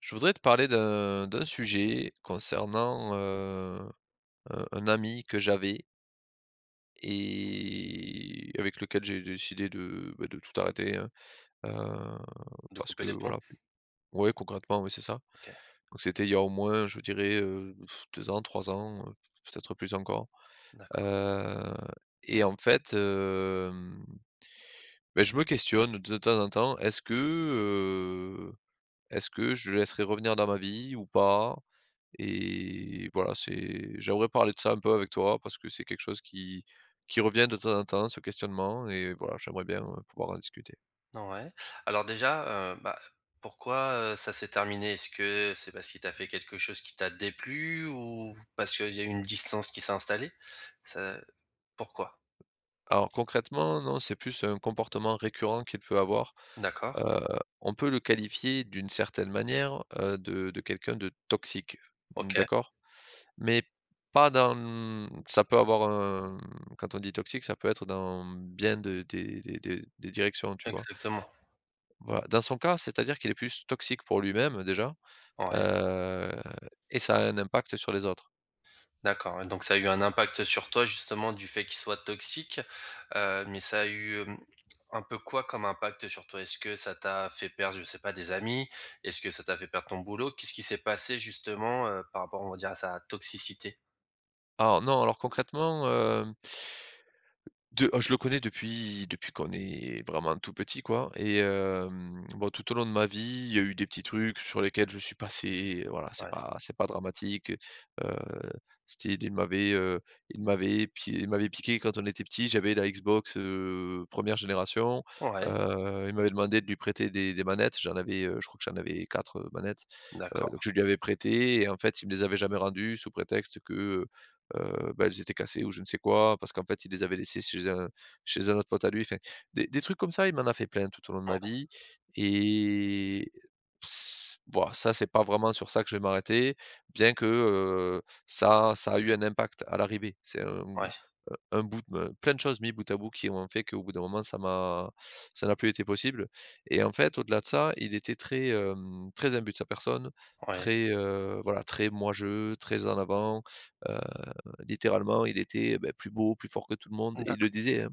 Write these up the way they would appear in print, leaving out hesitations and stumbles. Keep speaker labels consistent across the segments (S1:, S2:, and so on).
S1: Je voudrais te parler d'un sujet concernant, un ami que j'avais et avec lequel j'ai décidé bah, de tout arrêter, hein, heu,
S2: De
S1: parce
S2: couper
S1: que
S2: les ponts?
S1: voilà, ouais, concrètement, oui, c'est ça.
S2: OK,
S1: Donc c'était il y a au moins, je dirais, 2 ans, 3 ans, peut-être plus encore,
S2: d'accord.
S1: heu et en fait, beh, je me questionne de temps en temps. Est-ce que je le laisserai revenir dans ma vie ou pas? Et voilà, c'est j'aimerais parler de ça un peu avec toi parce que c'est quelque chose qui revient de temps en temps, ce questionnement et voilà, j'aimerais bien, pouvoir en discuter.
S2: Non, ouais. Alors déjà, bah, pourquoi, ça s'est terminé? Est-ce que c'est parce qu'il t'a fait quelque chose qui t'a déplu ou parce qu'il y a eu une distance qui s'est installée? Ça pourquoi?
S1: Alors concrètement, non, c'est plus un comportement récurrent qu'il peut avoir.
S2: D'accord.
S1: Heu, on peut le qualifier d'une certaine manière, de quelqu'un de toxique,
S2: OK,
S1: d'accord? Mais pas dans, ça peut avoir un quand on dit toxique, ça peut être dans bien de des directions, tu vois?
S2: exactement.
S1: Voilà, dans son cas, c'est-à-dire qu'il est plus toxique pour lui-même déjà.
S2: Ouais.
S1: Heu et ça a un impact sur les autres.
S2: D'accord, ouais, donc ça a eu un impact sur toi justement du fait qu'il soit toxique, mais ça a eu, un peu quoi comme impact sur toi? Est-ce que ça t'a fait perdre, je sais pas, des amis? Est-ce que ça t'a fait perdre ton boulot? Qu'est-ce qui s'est passé justement, par rapport, on va dire, à sa toxicité?
S1: Alors non, alors concrètement, je le connais depuis qu'on est vraiment tout petit, quoi et bon, tout au long de ma vie, il y a eu des petits trucs sur lesquels je suis passé, voilà, c'est
S2: Ouais,
S1: pas c'est pas dramatique, heu, style, il m'avait piqué quand on était petit, j'avais la Xbox, 1 génération,
S2: ouais,
S1: il m'avait demandé de lui prêter des manettes, j'en avais, je crois que j'en avais 4 manettes, donc
S2: d'accord,
S1: je lui avais prêté et en fait, il me les avait jamais rendues sous prétexte que, bah, elles étaient cassées ou je ne sais quoi, parce qu'en fait, il les avait laissées chez un autre pote à lui, enfin, des trucs comme ça, il m'en a fait plein tout au long de ma vie et s bon, ça, c'est pas vraiment sur ça que je vais m'arrêter, bien que, ça a eu un impact à l'arrivée. C'est un
S2: ouais,
S1: un bout de plein de choses mis bout à bout qui ont fait qu'au bout d'un moment, ça n'a plus été possible et en fait, au-delà de ça, il était très, très imbu de sa personne,
S2: ouais,
S1: très, voilà, très moi-je, très en avant, euh, Littéralement, il était, beh, plus beau, plus fort que tout le monde et il le
S2: d'accord.
S1: disait, hein.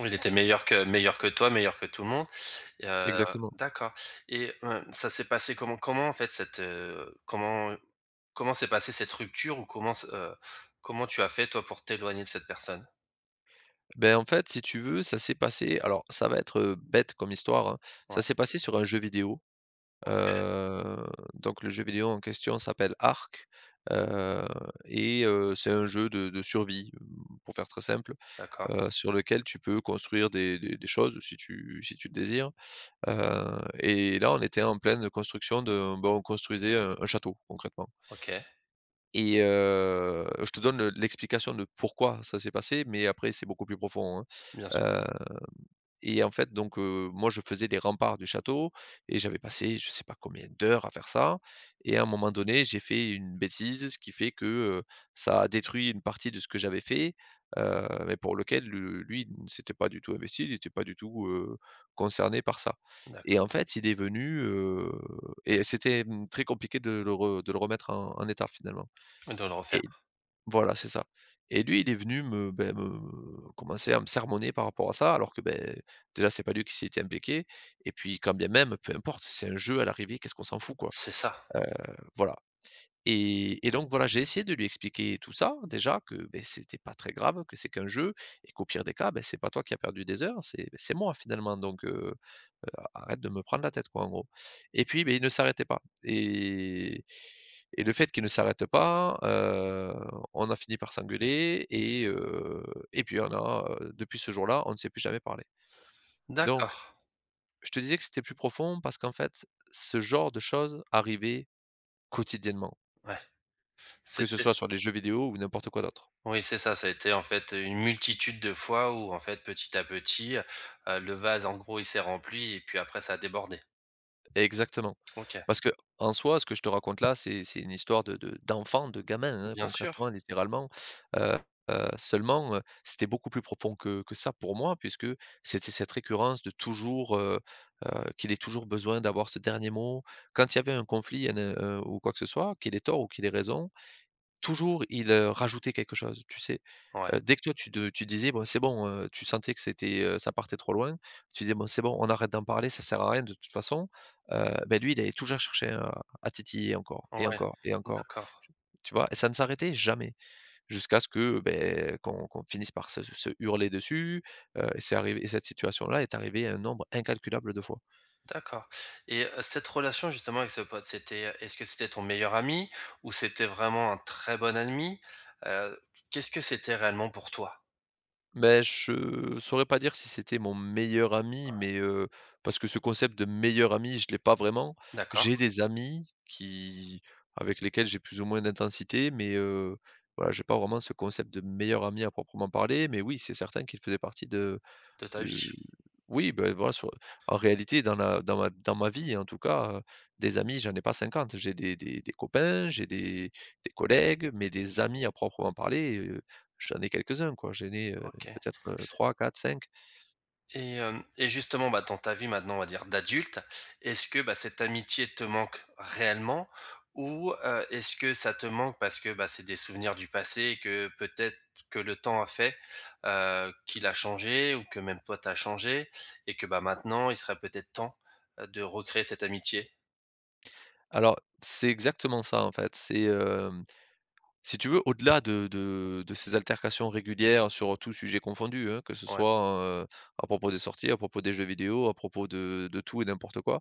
S2: Il était meilleur que toi, meilleur que tout le monde. Et
S1: Exactement.
S2: d'accord. Et ça s'est passé comment? Comment en fait cette, comment comment s'est passée cette rupture ou comment tu as fait toi pour t'éloigner de cette personne?
S1: Ben en fait, si tu veux, ça s'est passé alors ça va être, bête comme histoire, hein. Ça
S2: Ouais,
S1: s'est passé sur un jeu vidéo,
S2: OK,
S1: heu, donc le jeu vidéo en question s'appelle Ark, heu et c'est un jeu de survie, pour faire très simple,
S2: d'accord,
S1: sur lequel tu peux construire des choses si tu le désires, et là, on était en pleine construction de ben, on construisait un château concrètement.
S2: OK,
S1: Et je te donne, l'explication de pourquoi ça s'est passé, mais après c'est beaucoup plus profond, hein.
S2: bien sûr,
S1: Heu et en fait donc moi je faisais les remparts du château et j'avais passé je sais pas combien d'heures à faire ça et à un moment donné, j'ai fait une bêtise, ce qui fait que, ça a détruit une partie de ce que j'avais fait, mais pour lequel le lui il ne s'était pas du tout investi, il était pas du tout, concerné par ça et en
S2: d'accord.
S1: fait, il est venu, et c'était, très compliqué de le re de le remettre en état finalement
S2: Et de le refaire.
S1: et voilà, c'est ça et lui, il est venu beh, me commencer à me sermonner par rapport à ça, alors que, beh, déjà, c'est pas lui qui s'y était impliqué et puis quand bien même, peu importe, c'est un jeu à l'arrivée, qu'est-ce qu'on s'en fout, quoi?
S2: C'est ça,
S1: Heu, voilà et donc voilà, j'ai essayé de lui expliquer tout ça, déjà, que, beh, c'était pas très grave, que c'est qu'un jeu et qu'au pire des cas, beh, c'est pas toi qui as perdu des heures, ben, c'est moi, finalement donc arrête de me prendre la tête quoi en gros et puis ben, il ne s'arrêtait pas et le fait qu'il ne s'arrête pas, on a fini par s'engueuler et puis on a, depuis ce jour-là, on ne s'est plus jamais parlé. Donc
S2: d'accord,
S1: je te disais que c'était plus profond parce qu'en fait, ce genre de choses arrivait quotidiennement,
S2: ouais,
S1: que ce
S2: c'était
S1: soit sur les jeux vidéo ou n'importe quoi d'autre.
S2: oui, c'est ça, ça a été en fait une multitude de fois où en fait petit à petit, le vase en gros il s'est rempli et puis après ça a débordé.
S1: Exactement.
S2: OK,
S1: Parce que en soi, ce que je te raconte là, c'est une histoire de d'enfant, de gamin, hein,
S2: bien
S1: concrètement,
S2: sûr,
S1: littéralement. Heu seulement, c'était beaucoup plus profond que ça pour moi, puisque c'était cette récurrence de toujours, heu, qu'il ait toujours besoin d'avoir ce dernier mot. Quand il y avait un conflit, ou quoi que ce soit, qu'il ait tort ou qu'il ait raison, toujours, il, rajoutait quelque chose, tu sais?
S2: ouais,
S1: Dès que toi tu disais: «Bon, c'est bon», tu sentais que ça partait trop loin, tu disais: «Bon, c'est bon, on arrête d'en parler, ça sert à rien de toute façon», beh, lui, il allait toujours chercher à titiller encore et
S2: ouais,
S1: encore et encore.
S2: d'accord.
S1: Tu vois? Et ça ne s'arrêtait jamais jusqu'à ce que, ben qu'on finisse par se hurler dessus, et c'est arrivé et cette situation-là est arrivée un nombre incalculable de fois.
S2: D'accord. Et cette relation justement avec ce pote, c'était, est-ce que c'était ton meilleur ami ou c'était vraiment un très bon ami? Heu, qu'est-ce que c'était réellement pour toi?
S1: Mais je saurais pas dire si c'était mon meilleur ami, mais parce que ce concept de meilleur ami, je l'ai pas vraiment. J'ai
S2: D'accord,
S1: des amis qui avec lesquels j'ai plus ou moins d'intensité, mais voilà, j'ai pas vraiment ce concept de meilleur ami à proprement parler, mais oui, c'est certain qu'il faisait partie de
S2: de ta
S1: de
S2: vie.
S1: oui, ben voilà, sur en réalité, dans ma vie, en tout cas, des amis, j'en ai pas 50. J'ai des copains, j'ai des collègues, mais des amis à proprement parler, j'en ai quelques-uns, quoi. J'en ai,
S2: OK.
S1: peut-être, trois, quatre, cinq.
S2: Et hem et justement, bah, dans ta vie maintenant, on va dire d'adulte, est-ce que, bah, cette amitié te manque réellement? Ou, est-ce que ça te manque parce que, bah, c'est des souvenirs du passé et que peut-être que le temps a fait, qu'il a changé ou que même toi t'as changé et que, bah, maintenant il serait peut-être temps, de recréer cette amitié?
S1: Alors, c'est exactement ça, en fait. Si tu veux, au-delà de ces altercations régulières sur tous sujets confondus, hein, que ce
S2: Ouais,
S1: soit, à propos des sorties, à propos des jeux vidéo, à propos de tout et n'importe quoi,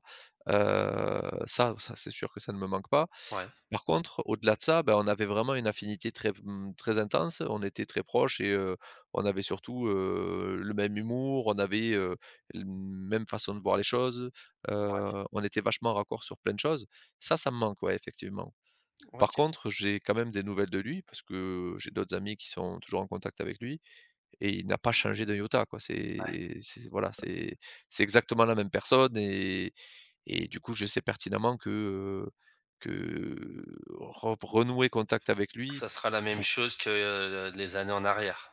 S1: heu, ça c'est sûr que ça ne me manque pas.
S2: ouais, ouais,
S1: Par contre, au-delà de ça, ben on avait vraiment une affinité très intense, on était très proches et on avait surtout, le même humour, on avait, l même façon de voir les choses, on était vachement raccord sur plein de choses. Ça me manque, ouais, effectivement. Par
S2: OK.
S1: contre, j'ai quand même des nouvelles de lui parce que j'ai d'autres amis qui sont toujours en contact avec lui et il n'a pas changé d'un iota, quoi. C'est voilà, c'est exactement la même personne et du coup, je sais pertinemment que re renouer contact avec lui
S2: Ça sera la même
S1: pou
S2: chose que, les années en arrière.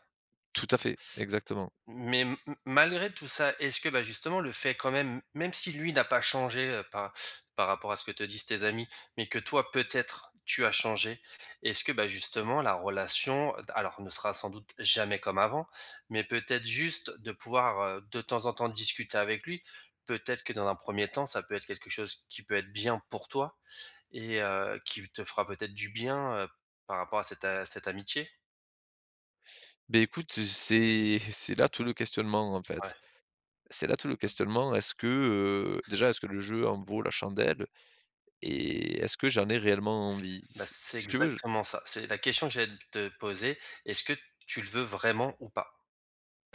S1: tout à fait, exactement.
S2: Mais m malgré tout ça, est-ce que, bah, justement, le fait quand même, même si lui n'a pas changé, par par rapport à ce que te disent tes amis, mais que toi, peut-être, tu as changé, est-ce que, bah, justement, la relation, alors ne sera sans doute jamais comme avant, mais peut-être juste de pouvoir, de temps en temps discuter avec lui, peut-être que dans un premier temps, ça peut être quelque chose qui peut être bien pour toi et qui te fera peut-être du bien, par rapport à cette amitié?
S1: Ben écoute, c'est c'est là tout le questionnement, en
S2: Ouais.
S1: fait. C'est là tout le questionnement. Est-ce que, déjà, est-ce que le jeu en vaut la chandelle et est-ce que j'en ai réellement envie?
S2: Bah,
S1: Si
S2: c'est
S1: si tu veux.
S2: exactement ça. C'est la question que j'allais te poser. Est-ce que tu le veux vraiment ou pas?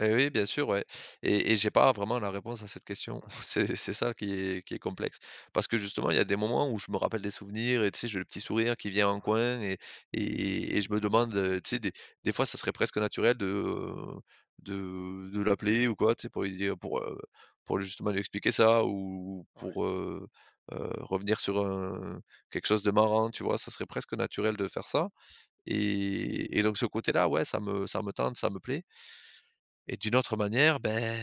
S1: Et oui, bien sûr, ouais et j'ai pas vraiment la réponse à cette question.
S2: Ouais,
S1: C'est ça qui est complexe. Parce que justement, il y a des moments où je me rappelle des souvenirs et tu sais, j'ai le petit sourire qui vient en coin et je me demande, tu sais, des fois, ça serait presque naturel de l'appeler ou quoi, tu sais, pour lui dire pour justement lui expliquer ça ou pour, revenir sur un quelque chose de marrant, tu vois? Ça serait presque naturel de faire ça et donc ce côté-là, ouais, ça me tente, ça me plaît. Et d'une autre manière, ben,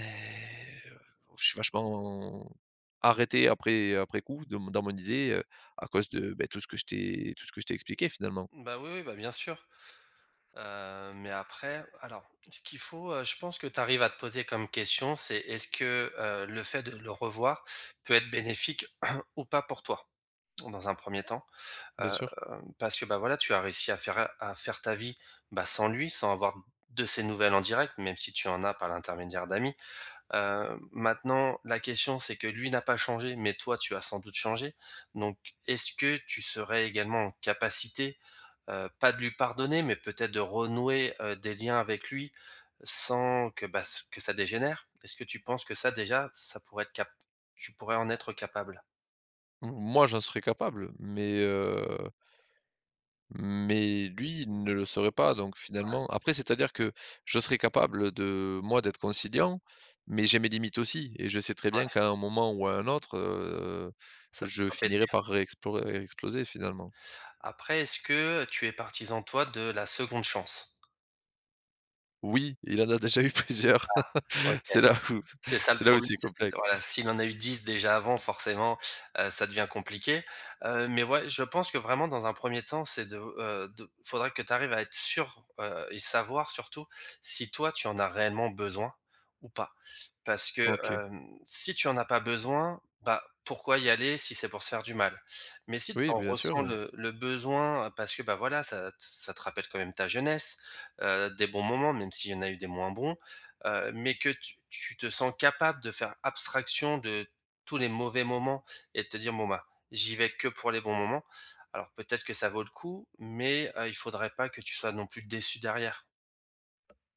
S1: je suis vachement arrêté après coup de mon dans mon idée, à cause de, beh, tout ce que je t'ai expliqué finalement.
S2: ouais. Bah, oui, oui, bah, bien sûr. Mais après, alors, ce qu'il faut, je pense que tu arrives à te poser comme question, c'est est-ce que, le fait de le revoir peut être bénéfique ou pas pour toi? Dans un premier er temps, heu,
S1: Bien sûr.
S2: parce que, bah, voilà, tu as réussi à faire ta vie, bah, sans lui, sans avoir de ses nouvelles en direct, même si tu en as par l'intermédiaire d'amis. Maintenant la question c'est que lui n'a pas changé, mais toi tu as sans doute changé. Donc est-ce que tu serais également en capacité, pas de lui pardonner, mais peut-être de renouer, des liens avec lui sans que, bah, s que ça dégénère? Est-ce que tu penses que ça déjà, ça pourrait être cap tu pourrais en être capable?
S1: M moi, j'en serais capable, mais lui il ne le serait pas donc finalement après c'est-à-dire que je serais capable de moi d'être conciliant, mais j'ai mes limites aussi et je sais très bien
S2: Ouais,
S1: qu'à un moment ou à un autre,
S2: ça
S1: je
S2: peut péter.
S1: finirai par réexplo exploser finalement.
S2: Après est-ce que tu es partisan toi de la seconde chance?
S1: Oui, il en a déjà eu plusieurs.
S2: Ah, OK.
S1: C'est là où
S2: C'est ça le
S1: c'est là où
S2: problème,
S1: c'est complexe.
S2: voilà, s'il en a eu 10 déjà avant forcément, ça devient compliqué, mais ouais, je pense que vraiment dans un premier temps, c'est de, faudrait que tu arrives à être sûr, et savoir surtout si toi tu en as réellement besoin ou pas. Parce que,
S1: OK.
S2: si tu en as pas besoin, bah, pourquoi y aller si c'est pour se faire du mal? Mais si tu
S1: Oui,
S2: en
S1: bien sûr,
S2: ressens
S1: oui.
S2: le besoin parce que, bah, voilà, ça te rappelle quand même ta jeunesse, des bons moments, même s'il y en a eu des moins bons, mais que tu te sens capable de faire abstraction de tous les mauvais moments et de te dire: «Bon, bah, j'y vais que pour les bons moments». Alors peut-être que ça vaut le coup, mais il faudrait pas que tu sois non plus déçu derrière.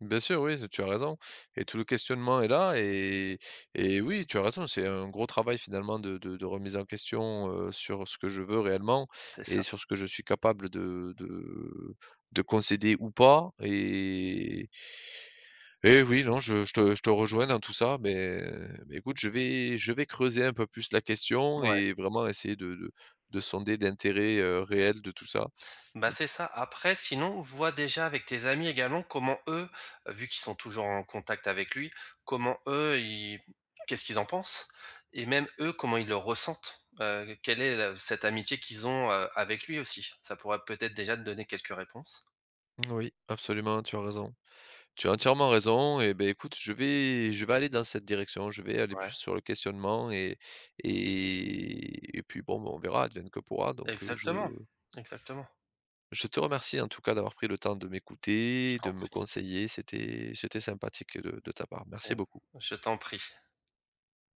S1: Bien sûr, oui, tu as raison et tout le questionnement est là et oui, tu as raison, c'est un gros travail finalement de remise en question, sur ce que je veux réellement
S2: C'est
S1: et
S2: ça.
S1: sur ce que je suis capable de concéder ou pas et oui, non, je te rejoins dans tout ça, mais écoute, je vais creuser un peu plus la question
S2: Ouais.
S1: et vraiment essayer de sonder l'intérêt, réel de tout ça.
S2: Bah, c'est ça. Après, sinon, vois déjà avec tes amis également comment eux, vu qu'ils sont toujours en contact avec lui, comment eux, ils qu'est-ce qu'ils en pensent? Et même eux, comment ils le ressentent? Quelle est la cette amitié qu'ils ont, avec lui aussi? Ça pourrait peut-être déjà te donner quelques réponses.
S1: Oui, absolument, tu as raison. Tu as entièrement raison et ben, écoute, je vais aller dans cette direction, je vais aller
S2: Ouais,
S1: plus sur le questionnement et puis, bon, ben, on verra, advienne que pourra.
S2: OK.
S1: Donc je
S2: Exactement, exactement.
S1: je te remercie en tout cas d'avoir pris le temps de
S2: Je
S1: m'écouter,
S2: t'en
S1: de me
S2: prie,
S1: conseiller, c'était sympathique de ta part.
S2: et
S1: Merci beaucoup.
S2: je t'en prie.